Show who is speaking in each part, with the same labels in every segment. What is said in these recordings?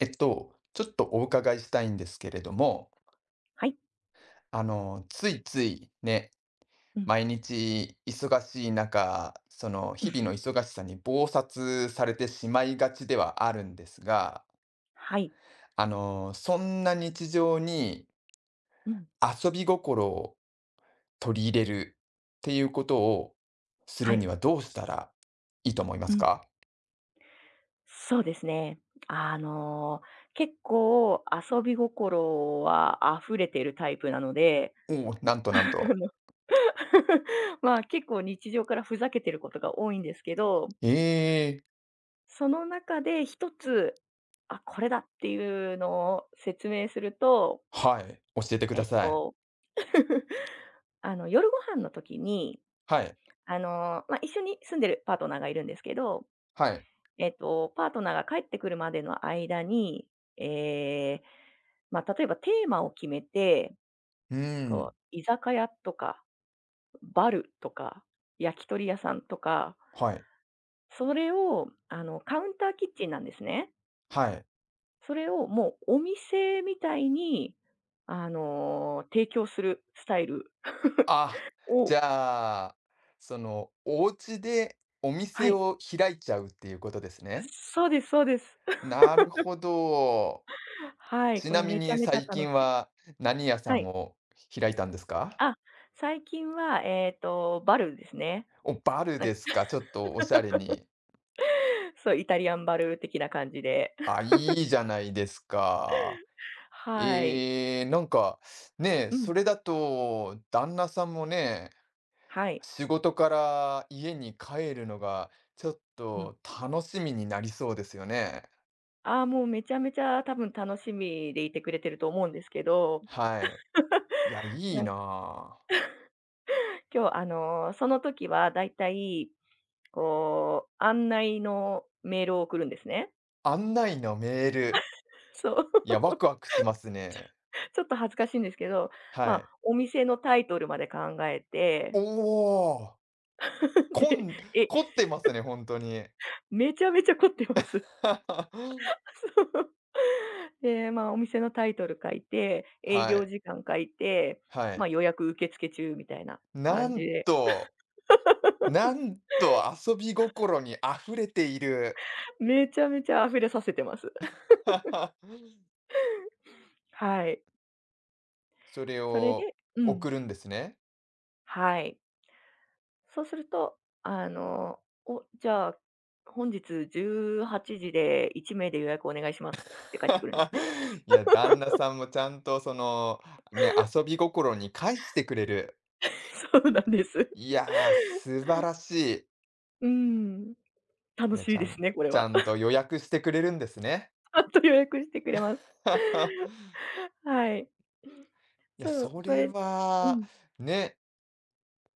Speaker 1: ちょっとお伺いしたいんですけれども、
Speaker 2: はい。
Speaker 1: ついついね、
Speaker 2: うん。
Speaker 1: 毎日忙しい中、その日々の忙しさに忙殺されてしまいがちではあるんですが、
Speaker 2: はい。
Speaker 1: そんな日常に
Speaker 2: うん。
Speaker 1: 遊び心を取り入れるっていうことをす
Speaker 2: は
Speaker 1: る
Speaker 2: い。
Speaker 1: にはどうしたらいいと思いま
Speaker 2: う
Speaker 1: す
Speaker 2: ん。
Speaker 1: か。
Speaker 2: そうですね。あの、結構遊び心は溢れてるタイプなので、
Speaker 1: おお、なんと なん
Speaker 2: あ
Speaker 1: と。
Speaker 2: の まあ、結構日常からふざけてることが多いんですけど、
Speaker 1: ええ、
Speaker 2: その中で一つ、あ、これだっていうのを説明すると、
Speaker 1: はい、教えてく
Speaker 2: え
Speaker 1: だ
Speaker 2: っ
Speaker 1: さい。
Speaker 2: と、夜ご飯の時に、
Speaker 1: はい、
Speaker 2: ま、一緒に住んでるパートナーがいるんですけど。
Speaker 1: はい。
Speaker 2: パートナーが帰ってくるまでの間に、ええ、まあ、例えばテーマを決めて、
Speaker 1: うー
Speaker 2: こ
Speaker 1: ん、
Speaker 2: う、居酒屋とか、バルとか、焼き鳥屋さんとか、
Speaker 1: はい、
Speaker 2: それを、カウンターキッチンなんですね。
Speaker 1: はい。
Speaker 2: それをもうお店みたいに、提供するスタイル
Speaker 1: あ、
Speaker 2: を。
Speaker 1: じゃあ、その、お家でお
Speaker 2: は
Speaker 1: 店
Speaker 2: い。
Speaker 1: を開いちゃうっていうことですね。
Speaker 2: そうですそうです。
Speaker 1: なるほど。
Speaker 2: はい、
Speaker 1: ち
Speaker 2: こ
Speaker 1: な
Speaker 2: れ
Speaker 1: み
Speaker 2: めちゃ
Speaker 1: に
Speaker 2: めちゃ
Speaker 1: 最
Speaker 2: 楽
Speaker 1: 近
Speaker 2: しい。
Speaker 1: は何屋さ
Speaker 2: は
Speaker 1: ん
Speaker 2: い。
Speaker 1: を開いたんですか？
Speaker 2: あ、最近は、バルですね。
Speaker 1: お、バルですか。ちょっとおしゃれに。
Speaker 2: そう、イタリアンバルー的な感じで。
Speaker 1: あ、いいじゃないですか。
Speaker 2: はい。
Speaker 1: ええ、なんか、ねえ、
Speaker 2: うん。
Speaker 1: それだと旦那さんもね、
Speaker 2: はい。
Speaker 1: 仕事から家に帰るのがちょっ
Speaker 2: うん。
Speaker 1: と楽しみになりそうですよね。
Speaker 2: ああ、もうめちゃめちゃ多分楽しみでいてくれてると思うんですけど、
Speaker 1: はい。いや、いい
Speaker 2: なんか
Speaker 1: なあ。
Speaker 2: 今日その時はだいたい、こう、案内のメールを送るんですね。
Speaker 1: 案内のメール。
Speaker 2: そう。
Speaker 1: いや、ワクワクしますね。
Speaker 2: ちょっと恥ずかしいんですけど、
Speaker 1: は
Speaker 2: まあ、
Speaker 1: い。
Speaker 2: お店のタイトルまで考えて、
Speaker 1: おお、こ
Speaker 2: で、
Speaker 1: ん
Speaker 2: え、
Speaker 1: 凝ってますね、本当に。
Speaker 2: めちゃめちゃ凝ってます。で、まあ、お店のタイトル書いて、営
Speaker 1: は
Speaker 2: 業
Speaker 1: い、
Speaker 2: 時間書いて、
Speaker 1: は
Speaker 2: ま
Speaker 1: い。
Speaker 2: あ、予約受付中みたいな
Speaker 1: な
Speaker 2: 感じ
Speaker 1: ん
Speaker 2: で、
Speaker 1: と、なんと遊び心に溢れている。
Speaker 2: めちゃめちゃ溢れさせてます。はい。
Speaker 1: それ
Speaker 2: それ
Speaker 1: を
Speaker 2: で、うん、
Speaker 1: 送るんですね。
Speaker 2: はい。そうすると、あの、お、じゃあ、本日18時で1名で予約お願いします、って返ってくるんですね。
Speaker 1: いや、旦那さんもちゃんとその、ね、遊び心に返してくれる。
Speaker 2: そうなんです。
Speaker 1: いやー、素晴らしい。
Speaker 2: うん、楽
Speaker 1: いや、
Speaker 2: しいですね、これ
Speaker 1: ちゃ
Speaker 2: は。
Speaker 1: んと 予約してくれるんですね。
Speaker 2: ちゃんと予約してくれます。はい。
Speaker 1: いや、
Speaker 2: そう、
Speaker 1: そ
Speaker 2: そ
Speaker 1: れ
Speaker 2: れ、う
Speaker 1: は、
Speaker 2: ん、
Speaker 1: ね、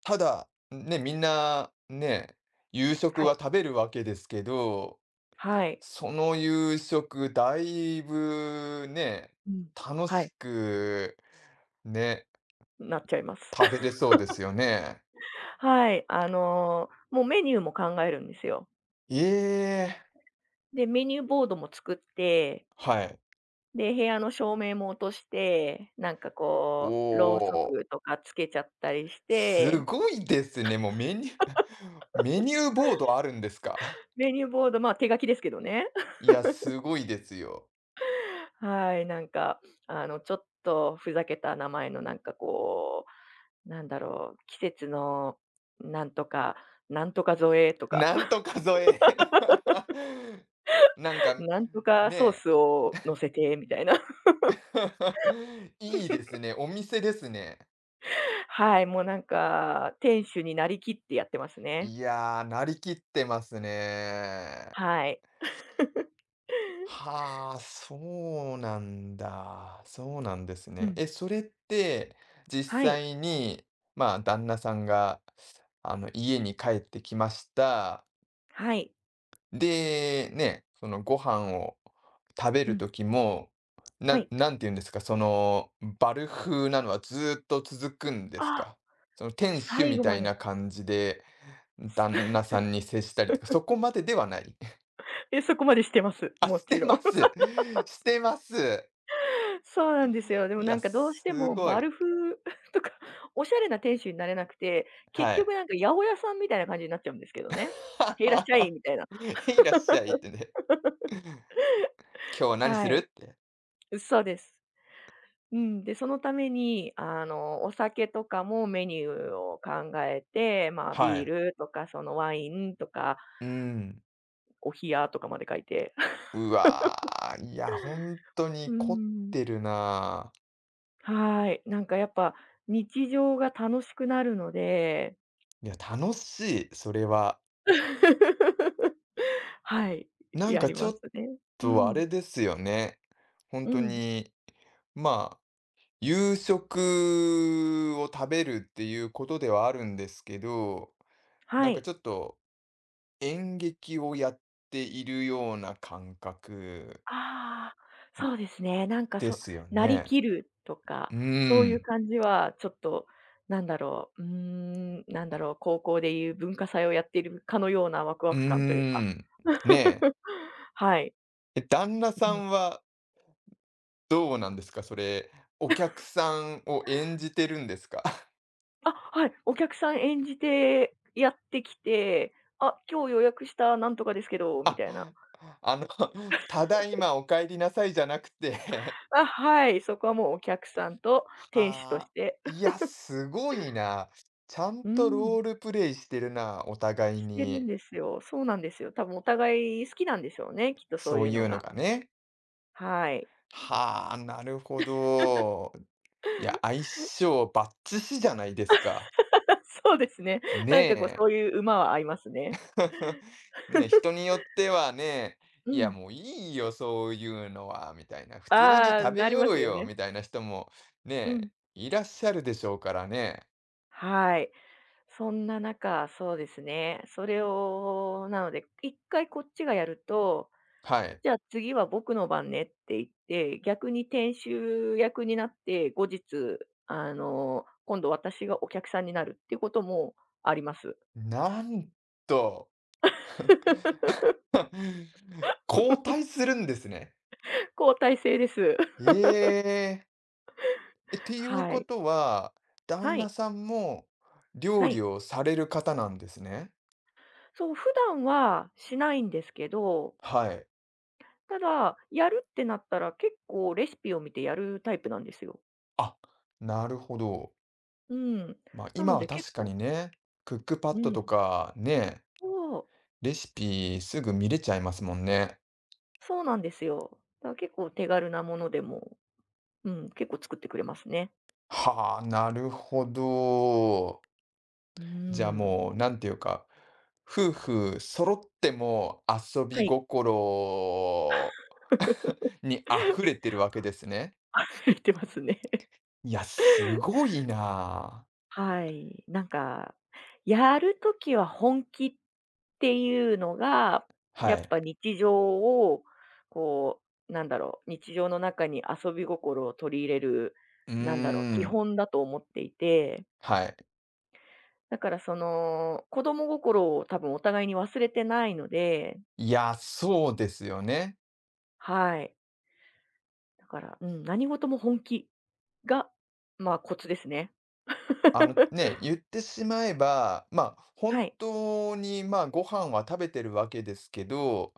Speaker 1: ただ、ね、みんな、ね、夕食
Speaker 2: は
Speaker 1: は
Speaker 2: い。
Speaker 1: 食べるわけですけど、
Speaker 2: はい。
Speaker 1: その夕食だいぶね、
Speaker 2: うん。
Speaker 1: 楽
Speaker 2: は
Speaker 1: し
Speaker 2: い、
Speaker 1: く、ね、
Speaker 2: なっちゃいます。
Speaker 1: 食べ れそうですよね。
Speaker 2: はい、もうメニューも考えるんですよ。
Speaker 1: ええ、
Speaker 2: で、メニューボードも作って、
Speaker 1: はい。
Speaker 2: で、部屋の照明も落として、なんか
Speaker 1: お
Speaker 2: こう、ろうそ
Speaker 1: ー、
Speaker 2: くとかつけちゃったりし
Speaker 1: す
Speaker 2: て、
Speaker 1: ごいですね。もうメニュー メニューボードあるんですか？
Speaker 2: メニューボード、ま、手書きですけどね。
Speaker 1: いや、すごいですよ。
Speaker 2: はい、なんか、ちょっとふざけた名前のなんかこう、なんだろう、季節のなんとか、なんとか添えと か、
Speaker 1: なん と数え。なんか、
Speaker 2: なんとかソー
Speaker 1: ね
Speaker 2: スを乗せてみたいな。
Speaker 1: え。いいですね、お店ですね。
Speaker 2: はい、もうなんか、店主になりきってやってますね。
Speaker 1: いやー、なりきってますね。
Speaker 2: はい。
Speaker 1: はあ、そうなんだ。そうなんです
Speaker 2: う
Speaker 1: ね。
Speaker 2: ん。
Speaker 1: え、それって、実
Speaker 2: はい。
Speaker 1: 際に、まあ、旦那さんが、あの、家に帰ってきました。
Speaker 2: はい。
Speaker 1: で、ね、そのご飯を食べ
Speaker 2: う
Speaker 1: る
Speaker 2: ん。
Speaker 1: 時も、
Speaker 2: はい。
Speaker 1: なんて言うんですか、その、バル風なのはずーっと続くんです
Speaker 2: あ、
Speaker 1: か？その店主
Speaker 2: 最
Speaker 1: み
Speaker 2: 後
Speaker 1: たい
Speaker 2: ま
Speaker 1: な
Speaker 2: で。
Speaker 1: 感じで、旦那さんに接したりとか、そこまでではない？
Speaker 2: え、そこまでしてます。
Speaker 1: あ、
Speaker 2: も
Speaker 1: し
Speaker 2: ち
Speaker 1: て
Speaker 2: ろ
Speaker 1: ま
Speaker 2: ん。
Speaker 1: す。してます。
Speaker 2: そうなんですよ。でも
Speaker 1: い
Speaker 2: な
Speaker 1: や、
Speaker 2: んかどうして
Speaker 1: す
Speaker 2: も
Speaker 1: ご
Speaker 2: バ
Speaker 1: い。
Speaker 2: ルフ とか、おしゃれな店主になれなくて、結
Speaker 1: はい。「
Speaker 2: 局なんか八百屋さんみたいな感じになっちゃうんですけどね。へいらっしゃいみたいな。
Speaker 1: 「いらっしゃい」ってね。「今日は何す
Speaker 2: は
Speaker 1: る？」っ
Speaker 2: い。
Speaker 1: て。
Speaker 2: そうです。うん、で、そのために、お酒とかもメニューを考えて、まあ、
Speaker 1: は
Speaker 2: ビー
Speaker 1: い。
Speaker 2: ルとか、そのワインとか、
Speaker 1: うーん。
Speaker 2: お冷やとかまで書いて。
Speaker 1: うわー、いや、本当
Speaker 2: う
Speaker 1: に凝っ
Speaker 2: ん、
Speaker 1: てるなー。
Speaker 2: はい。なんかやっぱ、日常が楽しくなるので。
Speaker 1: いや、楽しい、それは。
Speaker 2: はい、
Speaker 1: なん
Speaker 2: や
Speaker 1: か
Speaker 2: り
Speaker 1: ちょ
Speaker 2: ま
Speaker 1: っ
Speaker 2: すね。う
Speaker 1: とあ
Speaker 2: ん、
Speaker 1: れですよね。本
Speaker 2: う
Speaker 1: 当
Speaker 2: ん、
Speaker 1: に、まあ、夕食を食べるっていうことではあるんですけど、な
Speaker 2: は
Speaker 1: んか
Speaker 2: い。
Speaker 1: ちょっと演劇をやっているような感覚
Speaker 2: ああ、そうですね。なんか
Speaker 1: ですよ
Speaker 2: なり
Speaker 1: ね。
Speaker 2: きるとか、
Speaker 1: うー
Speaker 2: そういう
Speaker 1: ん、
Speaker 2: 感じはちょっと、なんだろう、うーん、なんだろう、高校でいう文化祭をやっているかのようなワクワ
Speaker 1: うー
Speaker 2: ク感というか。
Speaker 1: ん、ね
Speaker 2: はい。
Speaker 1: え。え、旦那
Speaker 2: う
Speaker 1: さ
Speaker 2: ん。
Speaker 1: んはどうなんですか？それ、お客さんを演じてるんですか？
Speaker 2: あ、はい、お客さん演じてやってきて、「あ、今日予約したなんとかですけど」み
Speaker 1: あ、
Speaker 2: たいな。
Speaker 1: あの、「「ただいまお帰りなさい」じゃなくて、
Speaker 2: あ、はい、そこはもうお客さんと
Speaker 1: は
Speaker 2: 店主と
Speaker 1: あ、
Speaker 2: して。
Speaker 1: い や、すごいな。ちゃん
Speaker 2: うー
Speaker 1: とロ
Speaker 2: ん。
Speaker 1: ールプレイしてるな、お互い
Speaker 2: してるん
Speaker 1: に。
Speaker 2: ですよ。そうなんですよ。多分お互い好きなんでしょうね、きっとそう
Speaker 1: そう
Speaker 2: いう
Speaker 1: い
Speaker 2: の
Speaker 1: うの
Speaker 2: が。
Speaker 1: がね。
Speaker 2: はい。
Speaker 1: はあ、なるほど。いや、相性バッチシじゃないですか。
Speaker 2: そうですね。
Speaker 1: ね
Speaker 2: なんかこう、
Speaker 1: え。
Speaker 2: そういう馬は合いますね。
Speaker 1: ねえ、人によってはね、
Speaker 2: う
Speaker 1: いや
Speaker 2: ん。
Speaker 1: もういいよ、そういうのは、みたいな、普通に
Speaker 2: ああ、
Speaker 1: 食べ
Speaker 2: なり
Speaker 1: よ
Speaker 2: ます
Speaker 1: う
Speaker 2: よ
Speaker 1: よ、
Speaker 2: ね。
Speaker 1: みたいな人も
Speaker 2: う
Speaker 1: ね、
Speaker 2: ん。
Speaker 1: いらっしゃるでしょうからね。
Speaker 2: はい。そんな中、そうですね。それを、なので、一回こっちがやると、
Speaker 1: はい。
Speaker 2: じゃあ次は僕の番ねって言って、逆に店主役になって、後日、今度私がお客さんになるっていうこともあります。
Speaker 1: なんと、交代するんですね。
Speaker 2: 交代制です。
Speaker 1: ええ。え、っていう
Speaker 2: は
Speaker 1: こ
Speaker 2: い。
Speaker 1: とは、旦
Speaker 2: は
Speaker 1: 那
Speaker 2: い。
Speaker 1: さんも料
Speaker 2: は
Speaker 1: 理
Speaker 2: い。
Speaker 1: をされる方なんですね。
Speaker 2: そう、普段はしないんですけど、
Speaker 1: はい。
Speaker 2: ただ、やるってなったら結構レシピを見てやるタイプなんですよ。
Speaker 1: あ、なるほど。
Speaker 2: うん。
Speaker 1: ま、
Speaker 2: な
Speaker 1: 今
Speaker 2: の
Speaker 1: は
Speaker 2: で結
Speaker 1: 確か
Speaker 2: 構、
Speaker 1: にね、クックパ
Speaker 2: う
Speaker 1: ッド
Speaker 2: ん。
Speaker 1: とかね、
Speaker 2: そう、
Speaker 1: レシピすぐ見れちゃいますもんね。
Speaker 2: そうなんですよ。だから結構手軽なものでも、うん、結構作ってくれますね。
Speaker 1: はあ、なるほど。
Speaker 2: うー
Speaker 1: じゃあ
Speaker 2: ん。
Speaker 1: もう、なんていうか、夫婦揃っても遊
Speaker 2: は
Speaker 1: び
Speaker 2: い。
Speaker 1: 心 に溢れてるわけですね。
Speaker 2: あ、言ってますね。
Speaker 1: いや、すごいなあ。
Speaker 2: はい。なんか、やるときは本気っていうのが、や
Speaker 1: は
Speaker 2: っ
Speaker 1: い。
Speaker 2: ぱ日常を、こう、なんだろう、日常の中に遊び心を取り入れる、
Speaker 1: うー
Speaker 2: なんだろう、基
Speaker 1: ん。
Speaker 2: 本だと思っていて、
Speaker 1: はい。
Speaker 2: だからその、子供心を多分お互いに忘れてないので、
Speaker 1: いや、そうですよね。
Speaker 2: はい。だから、うん、何事も本気が、まあ、コツですね。
Speaker 1: ね、言ってしまえば、まあ、
Speaker 2: は
Speaker 1: 本
Speaker 2: い。
Speaker 1: 当に、まあ、ご飯は食べてるわけですけど、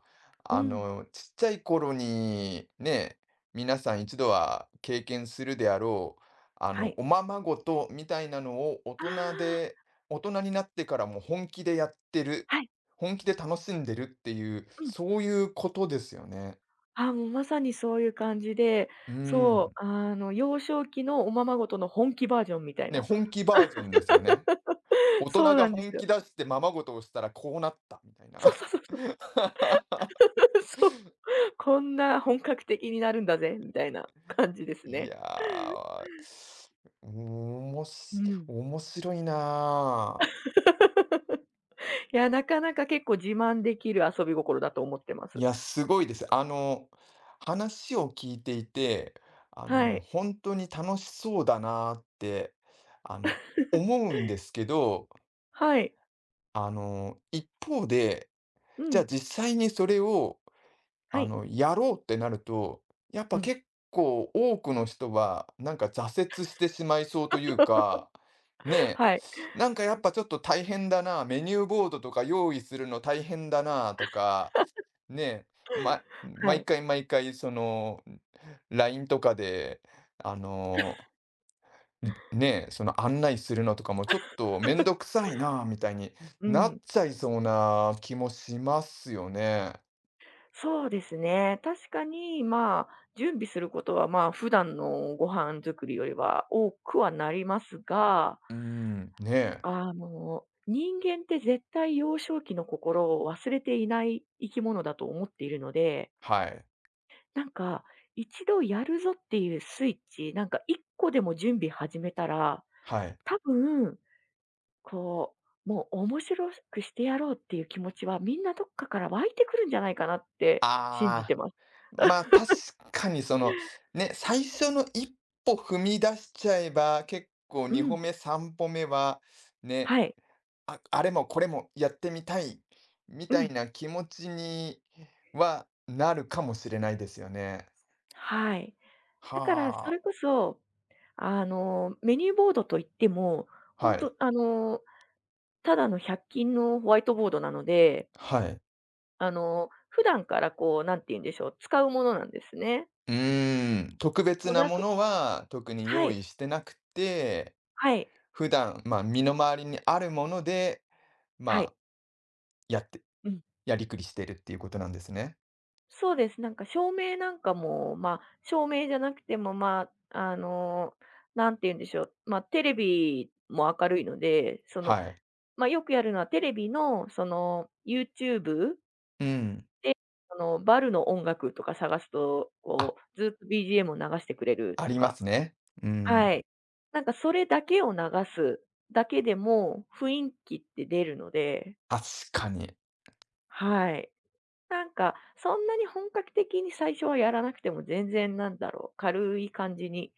Speaker 2: うん。
Speaker 1: ちっちゃい頃にね、皆さん一度は経験するであろう、
Speaker 2: はい。
Speaker 1: おままごとみたいなのを大
Speaker 2: あ
Speaker 1: 人
Speaker 2: あ、
Speaker 1: で、大人になってからも本気でやってる、
Speaker 2: はい。
Speaker 1: 本気で楽しんでるっていう、
Speaker 2: うん。
Speaker 1: そういうことですよね。
Speaker 2: あ、もうまさにそういう感じで、
Speaker 1: う
Speaker 2: そ
Speaker 1: ん。
Speaker 2: う、幼少期のおままごとの本気バージョンみたい
Speaker 1: ね、
Speaker 2: な。
Speaker 1: 本気バージョンですよね。大人
Speaker 2: そう
Speaker 1: が
Speaker 2: なんで
Speaker 1: 本
Speaker 2: すよ。
Speaker 1: 気出してままごとをしたらこうなったみたいな。
Speaker 2: そうそうそうそう。そう。こんな本格的になるんだぜみたいな感じです
Speaker 1: い
Speaker 2: ね。
Speaker 1: やー、おも
Speaker 2: う
Speaker 1: し
Speaker 2: ん。
Speaker 1: 面白いなあ。
Speaker 2: いや、なかなか結構自慢できる遊び心だと思ってま
Speaker 1: い
Speaker 2: す。
Speaker 1: や、すごいです。話を聞いていて、
Speaker 2: はい。
Speaker 1: 本当に楽しそうだなあって、あの、思 うんですけど、
Speaker 2: はい。
Speaker 1: 一方で、
Speaker 2: う
Speaker 1: じゃあ
Speaker 2: ん。
Speaker 1: 実際にそれを
Speaker 2: はい。
Speaker 1: やろうってなると、やっ
Speaker 2: う
Speaker 1: ぱ
Speaker 2: ん。
Speaker 1: 結構多くの人は、なんか挫折してしまいそうという か、ねえ、
Speaker 2: はい。
Speaker 1: なんかやっぱちょっと大変だな、メニューボードとか用意するの大変だなとか、ねえ、ま、
Speaker 2: は
Speaker 1: 毎
Speaker 2: い。
Speaker 1: 回毎回その LINE とかで、あの、ねえ、その案内するのとかもちょっとめんどくさいなみたいに
Speaker 2: う
Speaker 1: なっ
Speaker 2: ん。
Speaker 1: ちゃいそうな気もしますよね。
Speaker 2: そうですね。確かに、まあ、準備することは、まあ、普段のご飯作りよりは多くはなりますが、
Speaker 1: うん、ねえ、
Speaker 2: 人間って絶対幼少期の心を忘れていない生き物だと思っているので、
Speaker 1: はい。
Speaker 2: なんか、一度やるぞっていうスイッチ、なんか一個でも準備始めたら、
Speaker 1: はい。
Speaker 2: 多分、こう、もう面白くしてやろうっていう気持ちはみんなどっかから湧いてくるんじゃないかなって信じ
Speaker 1: あ
Speaker 2: て
Speaker 1: あ、
Speaker 2: ます。
Speaker 1: まあ、確かにその、ね、最初の一歩踏み出しちゃえば、結構
Speaker 2: う
Speaker 1: 2歩
Speaker 2: ん。
Speaker 1: 目、3歩目は、ね、
Speaker 2: はい。
Speaker 1: ああれもこれもやってみたい、み
Speaker 2: う
Speaker 1: たい
Speaker 2: ん。
Speaker 1: な気持ちにはなるかもしれないですよね。
Speaker 2: はい。だからそ
Speaker 1: は
Speaker 2: れこそ、メニューボードといっても、
Speaker 1: あ、は
Speaker 2: 本
Speaker 1: い、
Speaker 2: 当ただの100均のホワイトボードなので、
Speaker 1: はい。
Speaker 2: 普段からこう、なんて言うんでしょう、使うものなんですね。
Speaker 1: うーん、特別
Speaker 2: そう
Speaker 1: な
Speaker 2: だ
Speaker 1: も
Speaker 2: そ
Speaker 1: のは特に
Speaker 2: は
Speaker 1: 用
Speaker 2: い、
Speaker 1: 意してなくて、
Speaker 2: はい、
Speaker 1: 普段、まあ、身の回りにあるもので、
Speaker 2: は
Speaker 1: まあ、
Speaker 2: い。
Speaker 1: やって
Speaker 2: うん。
Speaker 1: やりくりしてるっていうことなんですね。
Speaker 2: そうです。なんか照明なんかも、まあ、照明じゃなくても、まあ、なんて言うんでしょう、まあ、テレビも明るいので、
Speaker 1: はい。
Speaker 2: まあ、よくやるのはテレビのその、YouTube
Speaker 1: うん。
Speaker 2: バルの音楽とか探すと、
Speaker 1: あ、
Speaker 2: こう、ずっと BGM を流してくれる
Speaker 1: あ
Speaker 2: と
Speaker 1: りま
Speaker 2: か。
Speaker 1: すね。うん。
Speaker 2: はい。なんかそれだけを流すだけでも、雰囲気って出るので、
Speaker 1: 確かに。
Speaker 2: はい。なんか、そんなに本格的に最初はやらなくても全然なんだろう、軽い感じに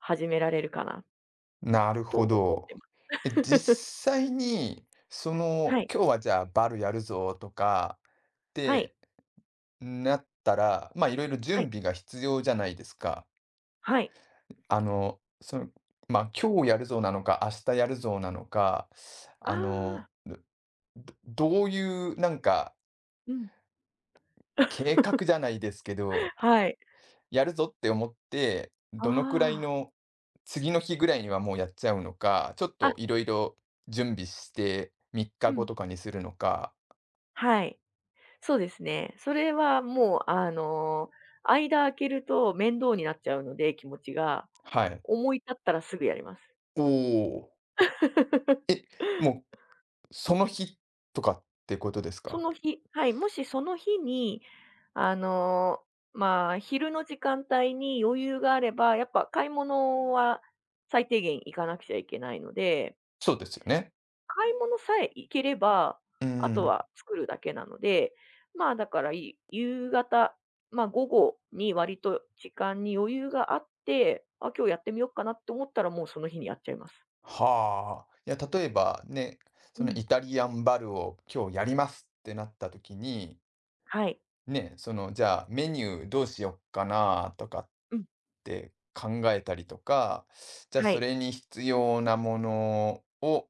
Speaker 2: 始められるかな
Speaker 1: なる
Speaker 2: と
Speaker 1: ほ
Speaker 2: 思っ
Speaker 1: ど。
Speaker 2: てます。
Speaker 1: え、実際に、その、
Speaker 2: はい。
Speaker 1: 今日はじゃあバルやるぞとかっ
Speaker 2: は
Speaker 1: て
Speaker 2: い。
Speaker 1: なったら、まあ、いろいろ
Speaker 2: は
Speaker 1: 準
Speaker 2: い。
Speaker 1: 備が必要じゃないですか。
Speaker 2: はい。
Speaker 1: あの、その、まあ、今日やるぞなのか、明日やるぞなのか、
Speaker 2: あ
Speaker 1: あの、
Speaker 2: あ、
Speaker 1: ういうなんか
Speaker 2: うん。
Speaker 1: 計画じゃな いですけど、
Speaker 2: はい。
Speaker 1: やるぞって思って、
Speaker 2: あ
Speaker 1: どのくらい
Speaker 2: あ。
Speaker 1: の次の日ぐらいにはもうやっちゃうのか、ちょっ
Speaker 2: あ、
Speaker 1: といろいろ準備して3日
Speaker 2: う
Speaker 1: 後
Speaker 2: ん。
Speaker 1: とかにするのか、
Speaker 2: はい。そうですね。それはもう、間空けると面倒になっちゃうので、気持ちが。
Speaker 1: はい。
Speaker 2: 思い立ったらすぐやります。
Speaker 1: おお。え、もうその日とかってことです
Speaker 2: そ
Speaker 1: か？
Speaker 2: の日、はい、もしその日に、あの、まあ、昼の時間帯に余裕があれば、やっぱ買い物は最低限行かなくちゃいけないので、
Speaker 1: そうですよね。
Speaker 2: 買い物さえ行ければ、
Speaker 1: うー
Speaker 2: あと
Speaker 1: ん。
Speaker 2: は作るだけなので、まあ、だから、夕方、まあ、午後に割と時間に余裕があって、あ、今日やってみようかなって思ったら、もうその日にやっちゃいます。
Speaker 1: はあ。いや、例えばね、
Speaker 2: う
Speaker 1: その
Speaker 2: ん。
Speaker 1: イタリアンバルを今日やりますってなった時に、
Speaker 2: はい。
Speaker 1: ね、そのじゃあメニューどうしよっかなとかっっ
Speaker 2: うん。
Speaker 1: て考えたりとか、じゃあ
Speaker 2: は
Speaker 1: そ
Speaker 2: い。
Speaker 1: れに必要なものを、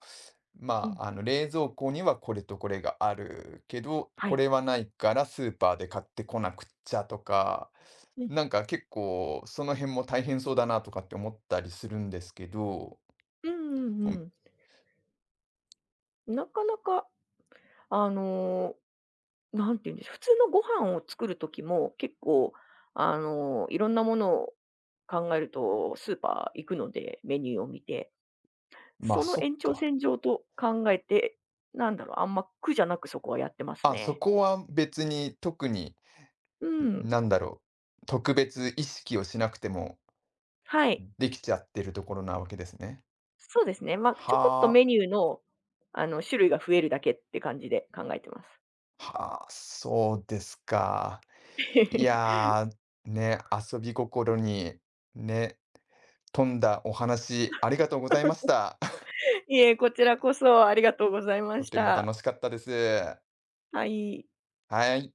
Speaker 2: う
Speaker 1: ま
Speaker 2: ん。
Speaker 1: あ、あの冷蔵庫にはこれとこれがあるけど、
Speaker 2: は
Speaker 1: こ
Speaker 2: い。
Speaker 1: れはないからスーパーで買ってこなくっちゃとか、
Speaker 2: うん。
Speaker 1: なんか結構その辺も大変そうだなとかって思ったりするんですけど、
Speaker 2: うんうん
Speaker 1: う
Speaker 2: う
Speaker 1: ん、
Speaker 2: ん。なかなか、あの、なんていうんでしょう、普通のご飯を作る時も結構、いろんなものを考えるとスーパー行くので、メニューを見て。
Speaker 1: まあ
Speaker 2: その
Speaker 1: そっ
Speaker 2: 延長
Speaker 1: か。
Speaker 2: 線上と考えて、なんだろう、あんま苦じゃなくそこはやってます
Speaker 1: あ、そ
Speaker 2: ね。
Speaker 1: こは別に特に、
Speaker 2: うん。
Speaker 1: なんだろう、特別意識をしなくても
Speaker 2: はい。
Speaker 1: できちゃってるところなわけですね。
Speaker 2: そうですね。まあ、ちょこっと
Speaker 1: はあ。
Speaker 2: メニューの、種類が増えるだけって感じで考えてます。
Speaker 1: はあ、そうですか。い やー、ね、遊び心に、ね、富んだお話ありがとうございました。
Speaker 2: いえ、こちらこそありがとうございま
Speaker 1: と
Speaker 2: し
Speaker 1: ても楽
Speaker 2: た。
Speaker 1: しかったです。
Speaker 2: はい。
Speaker 1: はい。